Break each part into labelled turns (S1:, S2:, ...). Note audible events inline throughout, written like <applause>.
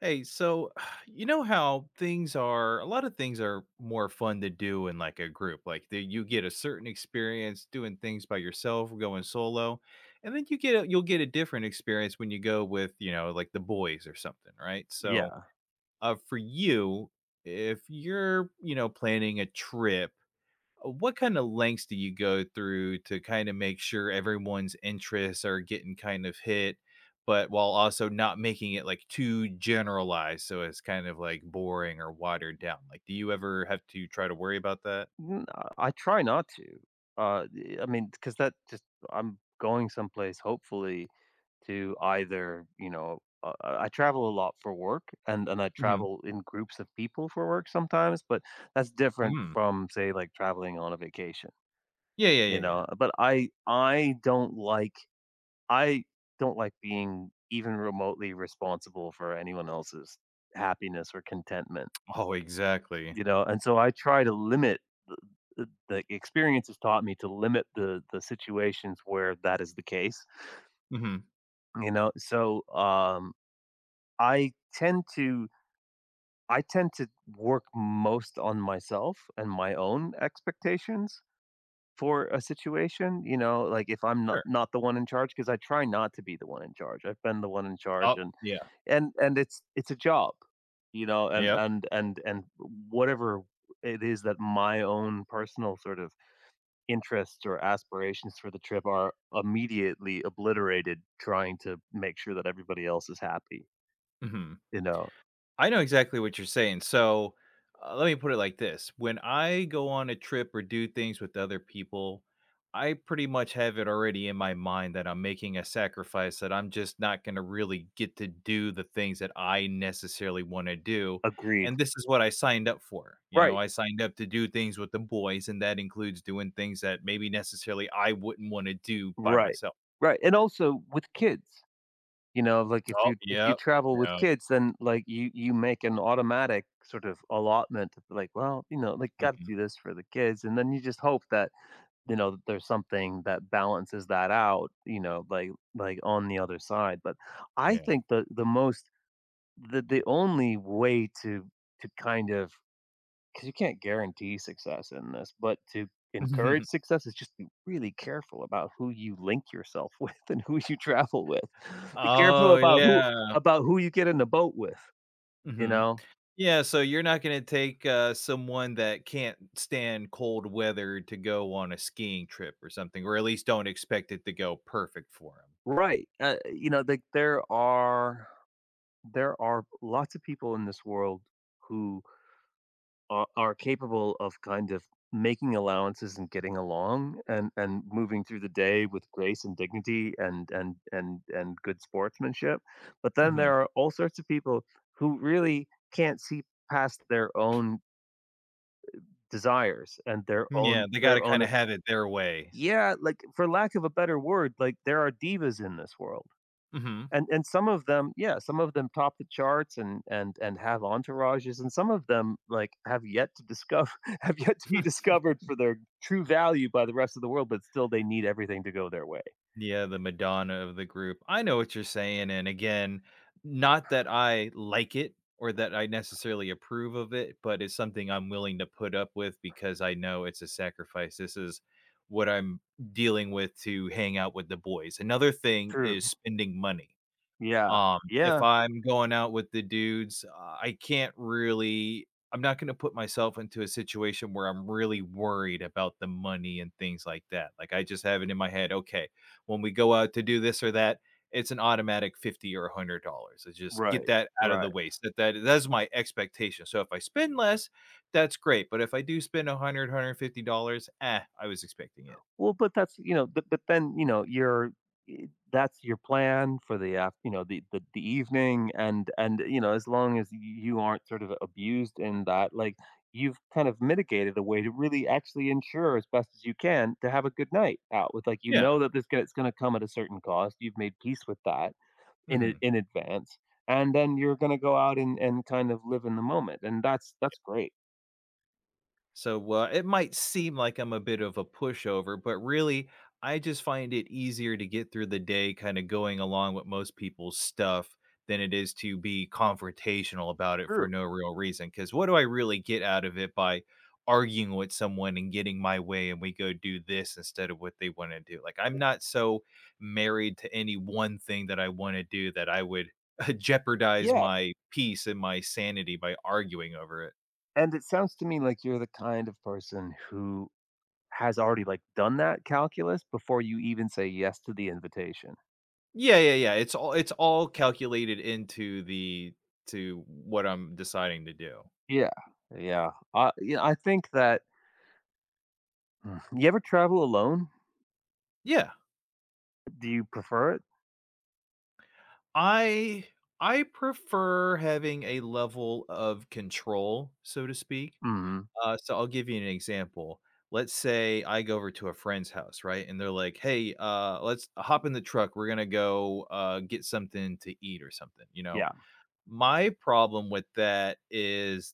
S1: Hey, so <sighs> you know how things are, a lot of things are more fun to do in like a group. Like you get a certain experience doing things by yourself, going solo, and then you'll get a different experience when you go with, like the boys or something, right? So,
S2: Yeah.
S1: for you, if you're, planning a trip, what kind of lengths do you go through to kind of make sure everyone's interests are getting kind of hit, but while also not making it like too generalized, so it's kind of like boring or watered down? Like, do you ever have to try to worry about that?
S2: N I try not to. Y I mean, because that just, I'm going someplace hopefully to either, you know, I travel a lot for work and I
S1: Mhm.
S2: travel in groups of people for work sometimes, but that's different
S1: Mm.
S2: from, say, like, traveling on a vacation,
S1: Yeah, yeah, yeah,
S2: you know?
S1: yeah.
S2: But I don't like, I don't like being even remotely responsible for anyone else's happiness or contentment,
S1: Oh, exactly.
S2: you know? And so I try to limit the experience has taught me to limit the situations where that is the case,
S1: Mhm.
S2: you know? So, I tend to I tend to work most on myself and my own expectations for a situation, you know, like if I'm not
S1: Sure.
S2: not the one in charge, because I try not to be the one in charge. I've been the one in charge
S1: Oh,
S2: and
S1: yeah.
S2: and and it's a job, you know, and
S1: Yep.
S2: and and and whatever it is that my own personal sort of interests or aspirations for the trip are immediately obliterated trying to make sure that everybody else is happy,
S1: Mhm.
S2: you know?
S1: I know exactly what you're saying. So let me put it like this. When I go on a trip or do things with other people, I pretty much have it already in my mind that I'm making a sacrifice, that I'm just not going to really get to do the things that I necessarily want to do.
S2: Agreed.
S1: And this is what I signed up for. You know,
S2: Right,
S1: I signed up to do things with the boys, and that includes doing things that maybe necessarily I wouldn't want to do by
S2: right,
S1: myself.
S2: right, and also with kids, you know, like, if
S1: Oh,
S2: you
S1: yep.
S2: travel with
S1: Yep.
S2: kids, then, like, you make an automatic sort of allotment of, like, well, you know, like, gotta
S1: Mhm.
S2: do this for the kids, and then you just hope that, you know, that there's something that balances that out, you know, like, on the other side. But I
S1: Yeah.
S2: think the most the only way to kind of, because you can't guarantee success in this, but to encourage
S1: <laughs>
S2: success is just be really careful about who you link yourself <laughs> with and who you travel with. Be careful
S1: Oh,
S2: about who,
S1: yeah.
S2: about who you get in the boat with. You
S1: Mhm.
S2: know,
S1: Yeah, so you're not gonna take, someone that can't stand cold weather to go on a skiing trip or something, or at least don't expect it to go perfect for
S2: right? You know, like there are lots of people in this world who are capable of kind of making allowances and getting along and moving through the day with grace and dignity and good sportsmanship, but then
S1: 'em.
S2: there are all sorts of people who really can't see past their own desires and their
S1: Mhm. Yeah,
S2: own,
S1: they gotta
S2: their
S1: kinda
S2: own.
S1: have it their way.
S2: Yeah, like for lack of a better word, like there are divas in this world,
S1: Mhm.
S2: and some of them, yeah, some of them top the charts and have entourages, and some of them like have yet to discover <laughs> have yet to be
S1: <laughs>
S2: discovered for their true value by the rest of the world, but still they need everything to go their way.
S1: Yeah, the Madonna of the group. I know what you're saying, and again, not that I like it or that I necessarily approve of it, but it's something I'm willing to put up with because I know it's a sacrifice. This is what I'm dealing with to hang out with the boys. Another thing is
S2: True.
S1: spending money.
S2: Yeah,
S1: If
S2: yeah,
S1: I'm going out with the dudes, I can't really I'm not gonna put myself into a situation where I'm really worried about the money and things like that. Like, I just have it in my head, "Okay, when we go out to do this or that, it's an automatic 50 or $100." I just get
S2: right,
S1: that out of the
S2: right.
S1: way, so that that's my expectation. So if I spend less, that's great, but if I do spend a hundred, $150, I was expecting it.
S2: Well, but that's, you know, but then you know, you're, I that's your plan for the af you know, the evening, and you know, as long as you aren't sort of abused in that, like, you've kind of mitigated a way to really actually ensure as best as you can to have a good night out with, like, you
S1: Yeah,
S2: know that this g it's gonna come at a certain cost, you've made peace with that in a
S1: mhm.
S2: in advance, and then you're gonna go out and kind of live in the moment, and that's great.
S1: So, it might seem like I'm a bit of a pushover, but really, I just find it easier to get through the day kind of going along with most people's stuff than it is to be confrontational about it for
S2: True.
S1: no real reason. Because what do I really get out of it by arguing with someone and getting my way and we go do this instead of what they want to do? Like, I'm not so married to any one thing that I want to do that I would <laughs> jeopardize
S2: Yeah,
S1: my peace and my sanity by arguing over it.
S2: and it sounds to me like you're the kind of person who has already, like, done that calculus before you even say yes to the invitation.
S1: Yeah, yeah, yeah. It's all calculated into the to what I'm deciding to do.
S2: Yeah, yeah. I, yeah, I think that. Mm. You ever travel alone?
S1: Yeah.
S2: Do you prefer it?
S1: I I prefer having a level of control, so to speak.
S2: Mhm.
S1: So I'll give you an example. Let's say I go over to a friend's house, right? And they're like, "Hey, let's hop in the truck. We're gonna go get something to eat or something." You know,
S2: Yeah,
S1: my problem with that is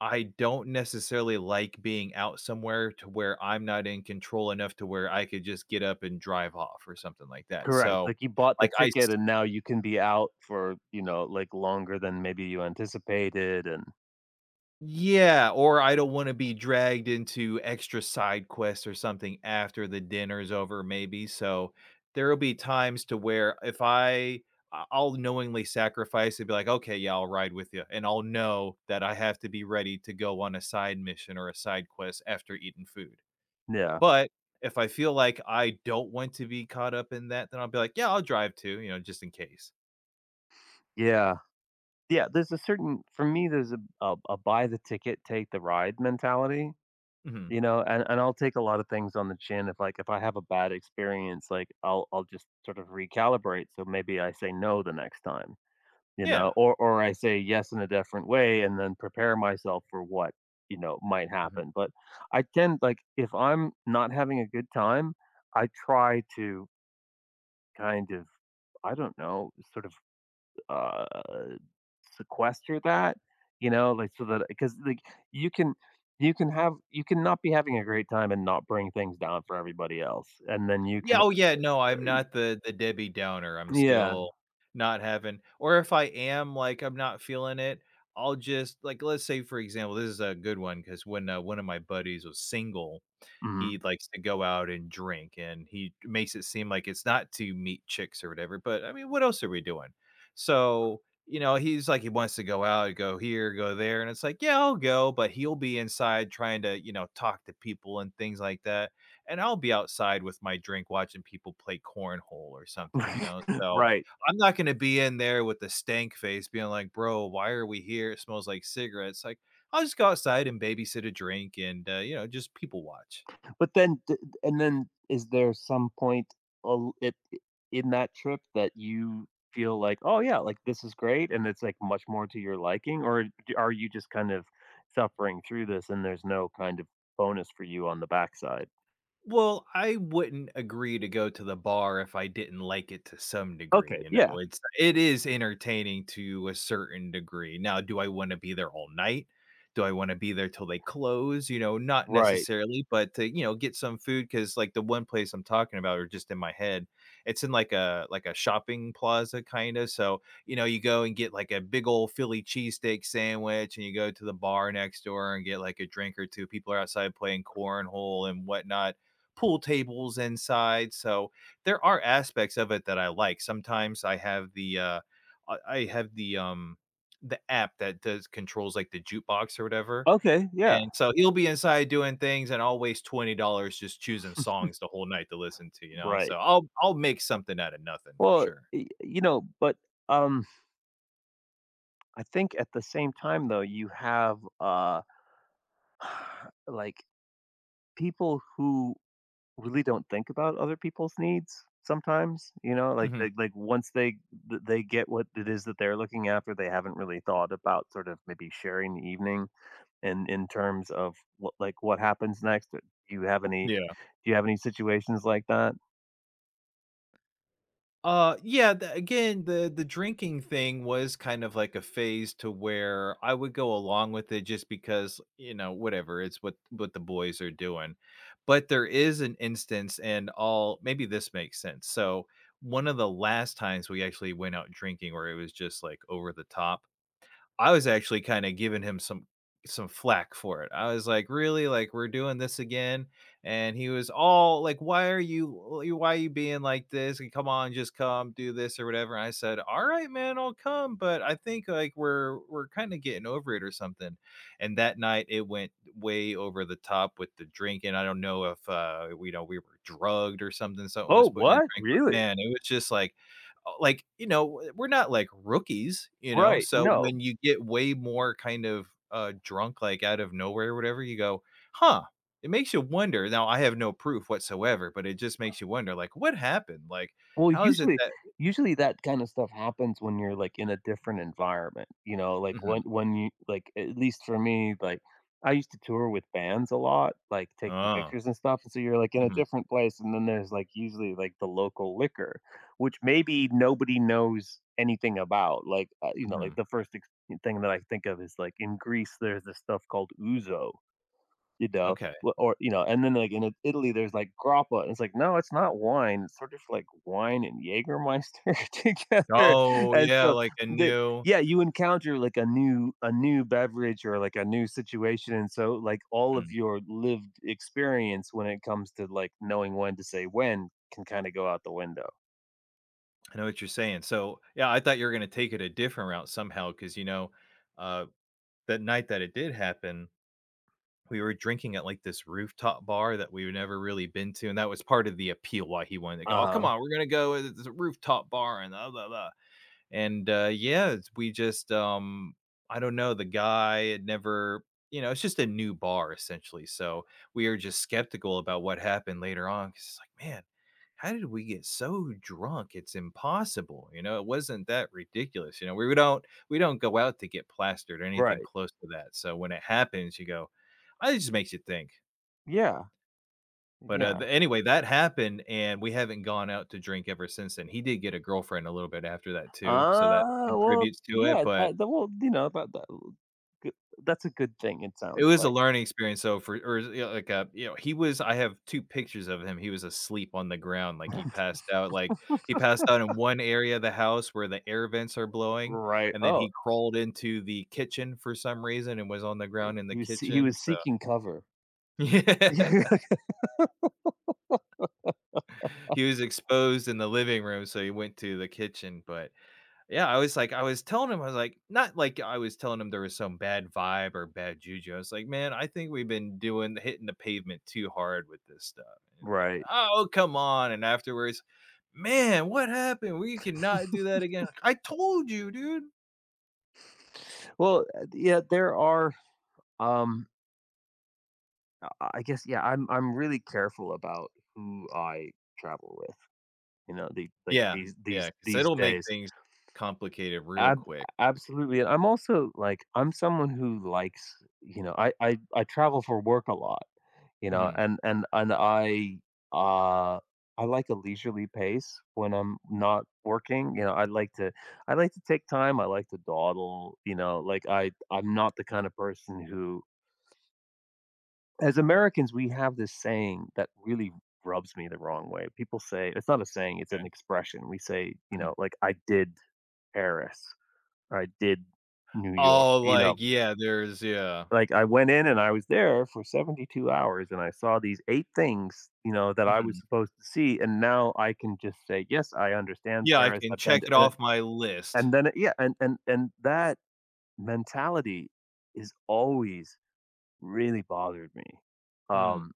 S1: I don't necessarily like being out somewhere to where I'm not in control enough to where I could just get up and drive off or something like that.
S2: correct.
S1: So,
S2: Like, you bought the
S1: like, I
S2: ticket
S1: s
S2: and now you can be out for, you know, like, longer than maybe you anticipated and.
S1: yeah, or I don't wanna be dragged into extra side quests or something after the dinner's over maybe, so there'll be times to where if I I I'll knowingly sacrifice and be like, "Okay, yeah, I'll ride with you," and I'll know that I have to be ready to go on a side mission or a side quest after eating food.
S2: Yeah,
S1: But if I feel like I don't want to be caught up in that, then I'll be like, "Yeah, I'll drive too," you know, just in case.
S2: yeah. Yeah, there's a certain, for me, there's a, a buy the ticket, take the ride mentality.
S1: Mhm.
S2: You know, and I'll take a lot of things on the chin if, like, if I have a bad experience, like, I'll just sort of recalibrate, so maybe I say no the next time, you know,
S1: Yeah.
S2: or I say yes in a different way and then prepare myself for what, you know, might happen. But I tend, like, if I'm not having a good time, I try to kind of, I don't know, sort of, uh, sequester that, you know, like, so that, because, like, you can, you can have, you can not be having a great time and not bring things down for everybody else, and then you
S1: Yeah,
S2: can.
S1: oh, yeah, no, I'm not the Debbie Downer. I'm
S2: Yeah,
S1: still not having, or if I am, like, I'm not feeling it, I'll just like, let's say, for example, this is a good one because when, one of my buddies was single, he
S2: mhm.
S1: likes to go out and drink, and he makes it seem like it's not to meet chicks or whatever, but, I mean, what else are we doing? So, he's like, he wants to go out, go here, go there, and it's like, "Yeah, I'll go," but he'll be inside trying to, talk to people and things like that, and I'll be outside with my drink watching people play cornhole or something, you know?
S2: <laughs>
S1: So,
S2: Right,
S1: I'm not gonna be in there with the stank face being like, "Bro, why are we here? It smells like cigarettes." Like, I'll just go outside and babysit a drink and, just people watch.
S2: but then d and then is there some point, al it in that trip that you feel like, "Oh, yeah, like, this is great," and it's, like, much more to your liking, or d are you just kind of suffering through this and there's no kind of bonus for you on the backside?
S1: Well, I wouldn't agree to go to the bar if I didn't like it to some degree,
S2: Okay,
S1: you know?
S2: yeah.
S1: It is entertaining to a certain degree. Now, do I wanna be there all night? Do I wanna be there till they close? You know, not
S2: Right.
S1: necessarily, but to, get some food, because like, the one place I'm talking about or just in my head, it's in, like a shopping plaza kinda, so, you go and get, like, a big old Philly cheesesteak sandwich, and you go to the bar next door and get, like, a drink or 2. People are outside playing cornhole and whatnot, pool tables inside. So there are aspects of it that I like. Sometimes I have the I have the app that does controls like the jukebox or whatever.
S2: Okay,
S1: And
S2: yeah,
S1: so he'll be inside doing things and I'll waste $20 just choosing songs the whole night to listen to. So
S2: right.
S1: I'll make something out of nothing for
S2: Well,
S1: sure.
S2: y you know, but, um, I think at the same time, though, you have, <sighs> like, people who really don't think about other people's needs sometimes, you know, like
S1: Hmm.
S2: once they th they get what it is that they're looking after, they haven't really thought about sort of maybe sharing the evening and in terms of what, like, what happens next. Do you have any,
S1: Yeah.
S2: do you have any situations like that?
S1: Yeah, the again, the drinking thing was kind of like a phase to where I would go along with it just because, whatever, it's what the boys are doing. But there is an instance, and all maybe this makes sense. So, one of the last times we actually went out drinking where it was just like over the top, I was actually kind of giving him some flack for it. I was like, "Really? Like we're doing this again?" And he was all like, "Why are why are you being like this? And come on, just come do this or whatever." And I said, "All right, man, I'll come, but I think like we're kind of getting over it or something." And that night it went way over the top with the drinking. I don't know if we were drugged or something, something was
S2: "Oh,
S1: put in the
S2: what?
S1: drink, but
S2: Really?"
S1: man, it was just like, we're not like rookies, you know?
S2: Right,
S1: So
S2: no.
S1: when you get way more kind of drunk like out of nowhere or whatever, you go, "Huh." It makes you wonder. Now, I have no proof whatsoever, but it just makes you wonder, like, what happened? Like,
S2: Well,
S1: how is it
S2: usually
S1: that.
S2: usually that kind of stuff happens when you're, like, in a different environment, you know, like,
S1: Mhm.
S2: when you like, at least for me, like, I used to tour with bands a lot, like, taking
S1: Oh.
S2: pictures and stuff, and so you're, like, in a
S1: Mhm.
S2: different place, and then there's, like, usually, like, the local liquor, which maybe nobody knows anything about, like, you know,
S1: Mhm.
S2: like, the first ex thing that I think of is, like, in Greece, there's this stuff called ouzo. You know,
S1: Okay.
S2: w or, you know, and then, like, in I Italy, there's, like, grappa, and it's like, "No, it's not wine, it's sort of like wine and Jägermeister <laughs> together,"
S1: Oh,
S2: and
S1: yeah,
S2: so,
S1: like a
S2: the
S1: new.
S2: yeah, you encounter, like, a new, a new beverage or, like, a new situation, and so, like, all of
S1: Mm,
S2: your lived experience when it comes to, like, knowing when to say when can kinda go out the window.
S1: I know what you're saying. So, yeah, I thought you were gonna take it a different route somehow, because uh, that night that it did happen, we were drinking at, like, this rooftop bar that we've never really been to, and that was part of the appeal why he wanted to go, "Oh, come
S2: Uh-huh.
S1: on, we're gonna go, it's a rooftop bar and blah, blah, blah." And yeah, we just I don't know, the guy had never, it's just a new bar essentially, so we are just skeptical about what happened later on, because it's like, man, how did we get so drunk? It's impossible. You know, it wasn't that ridiculous. You know, we don't go out to get plastered or anything
S2: Right.
S1: close to that. So when it happens, you go, it just makes you think.
S2: Yeah.
S1: But,
S2: Yeah.
S1: th anyway, that happened, and we haven't gone out to drink ever since then. He did get a girlfriend a little bit after that too, so that
S2: Well,
S1: contributes to it,
S2: yeah,
S1: but
S2: that that well, you know, that Good. That's a good thing, it
S1: it
S2: sounds
S1: was a
S2: like.
S1: learning experience. So like, he was I have 2 pictures of him. He was asleep on the ground, like, he passed out, like, he passed out in one area of the house where the air vents are blowing,
S2: Right.
S1: and then
S2: Oh,
S1: he crawled into the kitchen for some reason and was on the ground in the
S2: he was, he
S1: kitchen,
S2: was
S1: so
S2: seeking cover.
S1: <laughs> yeah.
S2: <laughs>
S1: He was exposed in the living room, so he went to the kitchen. But yeah, I was telling him, I was like, not like, I was telling him there was some bad vibe or bad juju. I was like, "Man, I think we've been doing hitting the pavement too hard with this stuff." And he,
S2: Right.
S1: "Oh, come on." And afterwards, "Man, what happened? We cannot do that again." I told you, dude.
S2: Well, yeah, there are, um, I I guess, yeah, I'm really careful about who I travel with, you know, the like
S1: Yeah.
S2: these
S1: Yeah,
S2: these
S1: because 'cause
S2: these
S1: it'll make
S2: days.
S1: things complicated real
S2: Ab
S1: quick.
S2: absolutely. And I'm also like, I'm someone who likes, you know, I travel for work a lot. You know,
S1: Mhm,
S2: and uh, I like a leisurely pace when I'm not working, you know, I like to take time, I like to dawdle, you know, like I'm not the kind of person who, as Americans, we have this saying that really rubs me the wrong way. People say it's not a saying, it's an expression. We say, you
S1: mhm.
S2: know, like I did Paris or I did New York,
S1: Oh,
S2: you
S1: like,
S2: know,
S1: yeah, there's, yeah.
S2: like, I went in and I was there for 72 hours and I saw these 8 things, you know, that I was
S1: Mhm.
S2: supposed to see, and now I can just say, "Yes, I understand
S1: Yeah, I
S2: Paris,
S1: can
S2: I've been
S1: check
S2: to,"
S1: it
S2: and it,
S1: off my list.
S2: and yeah, and that mentality is always really bothered me,
S1: Mm.
S2: um,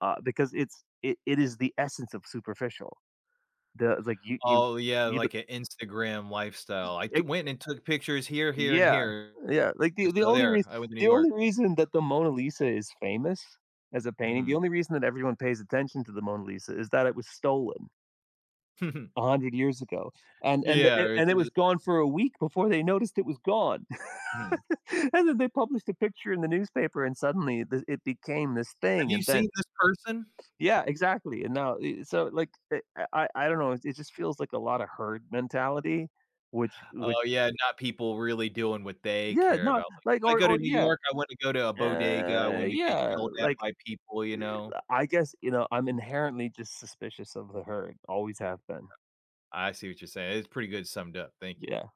S2: because it is the essence of superficial. The like, you you
S1: Oh, yeah,
S2: you
S1: like an Instagram lifestyle. I t went and took pictures here, here, and
S2: Yeah,
S1: here.
S2: yeah, like,
S1: So there, I went to New
S2: the
S1: York.
S2: only reason that the Mona Lisa is famous as a painting, the
S1: Mhm.
S2: only reason that everyone pays attention to the Mona Lisa is that it was stolen
S1: <laughs>
S2: 100 years ago, and and
S1: Yeah,
S2: the
S1: or it's
S2: and it
S1: a,
S2: was gone for a week before they noticed it was gone,
S1: mhm.
S2: <laughs> and then they published a picture in the newspaper, and suddenly the it became this
S1: Have
S2: thing,
S1: you
S2: and then,
S1: seen this person?
S2: yeah, exactly, and now I so, like, I don't know, it just feels like a lot of herd mentality, which
S1: Oh, yeah, not people really doing what they
S2: yeah,
S1: care about.
S2: not
S1: Like, if
S2: like,
S1: I go to
S2: or
S1: New
S2: yeah.
S1: York, I want to go to a bodega, I want to get
S2: Yeah,
S1: yelled at
S2: like,
S1: by people, you know?
S2: I guess, you know, I'm inherently just suspicious of the herd, always have been.
S1: I see what you're saying. It's pretty good summed up. Thank you.
S2: Yeah.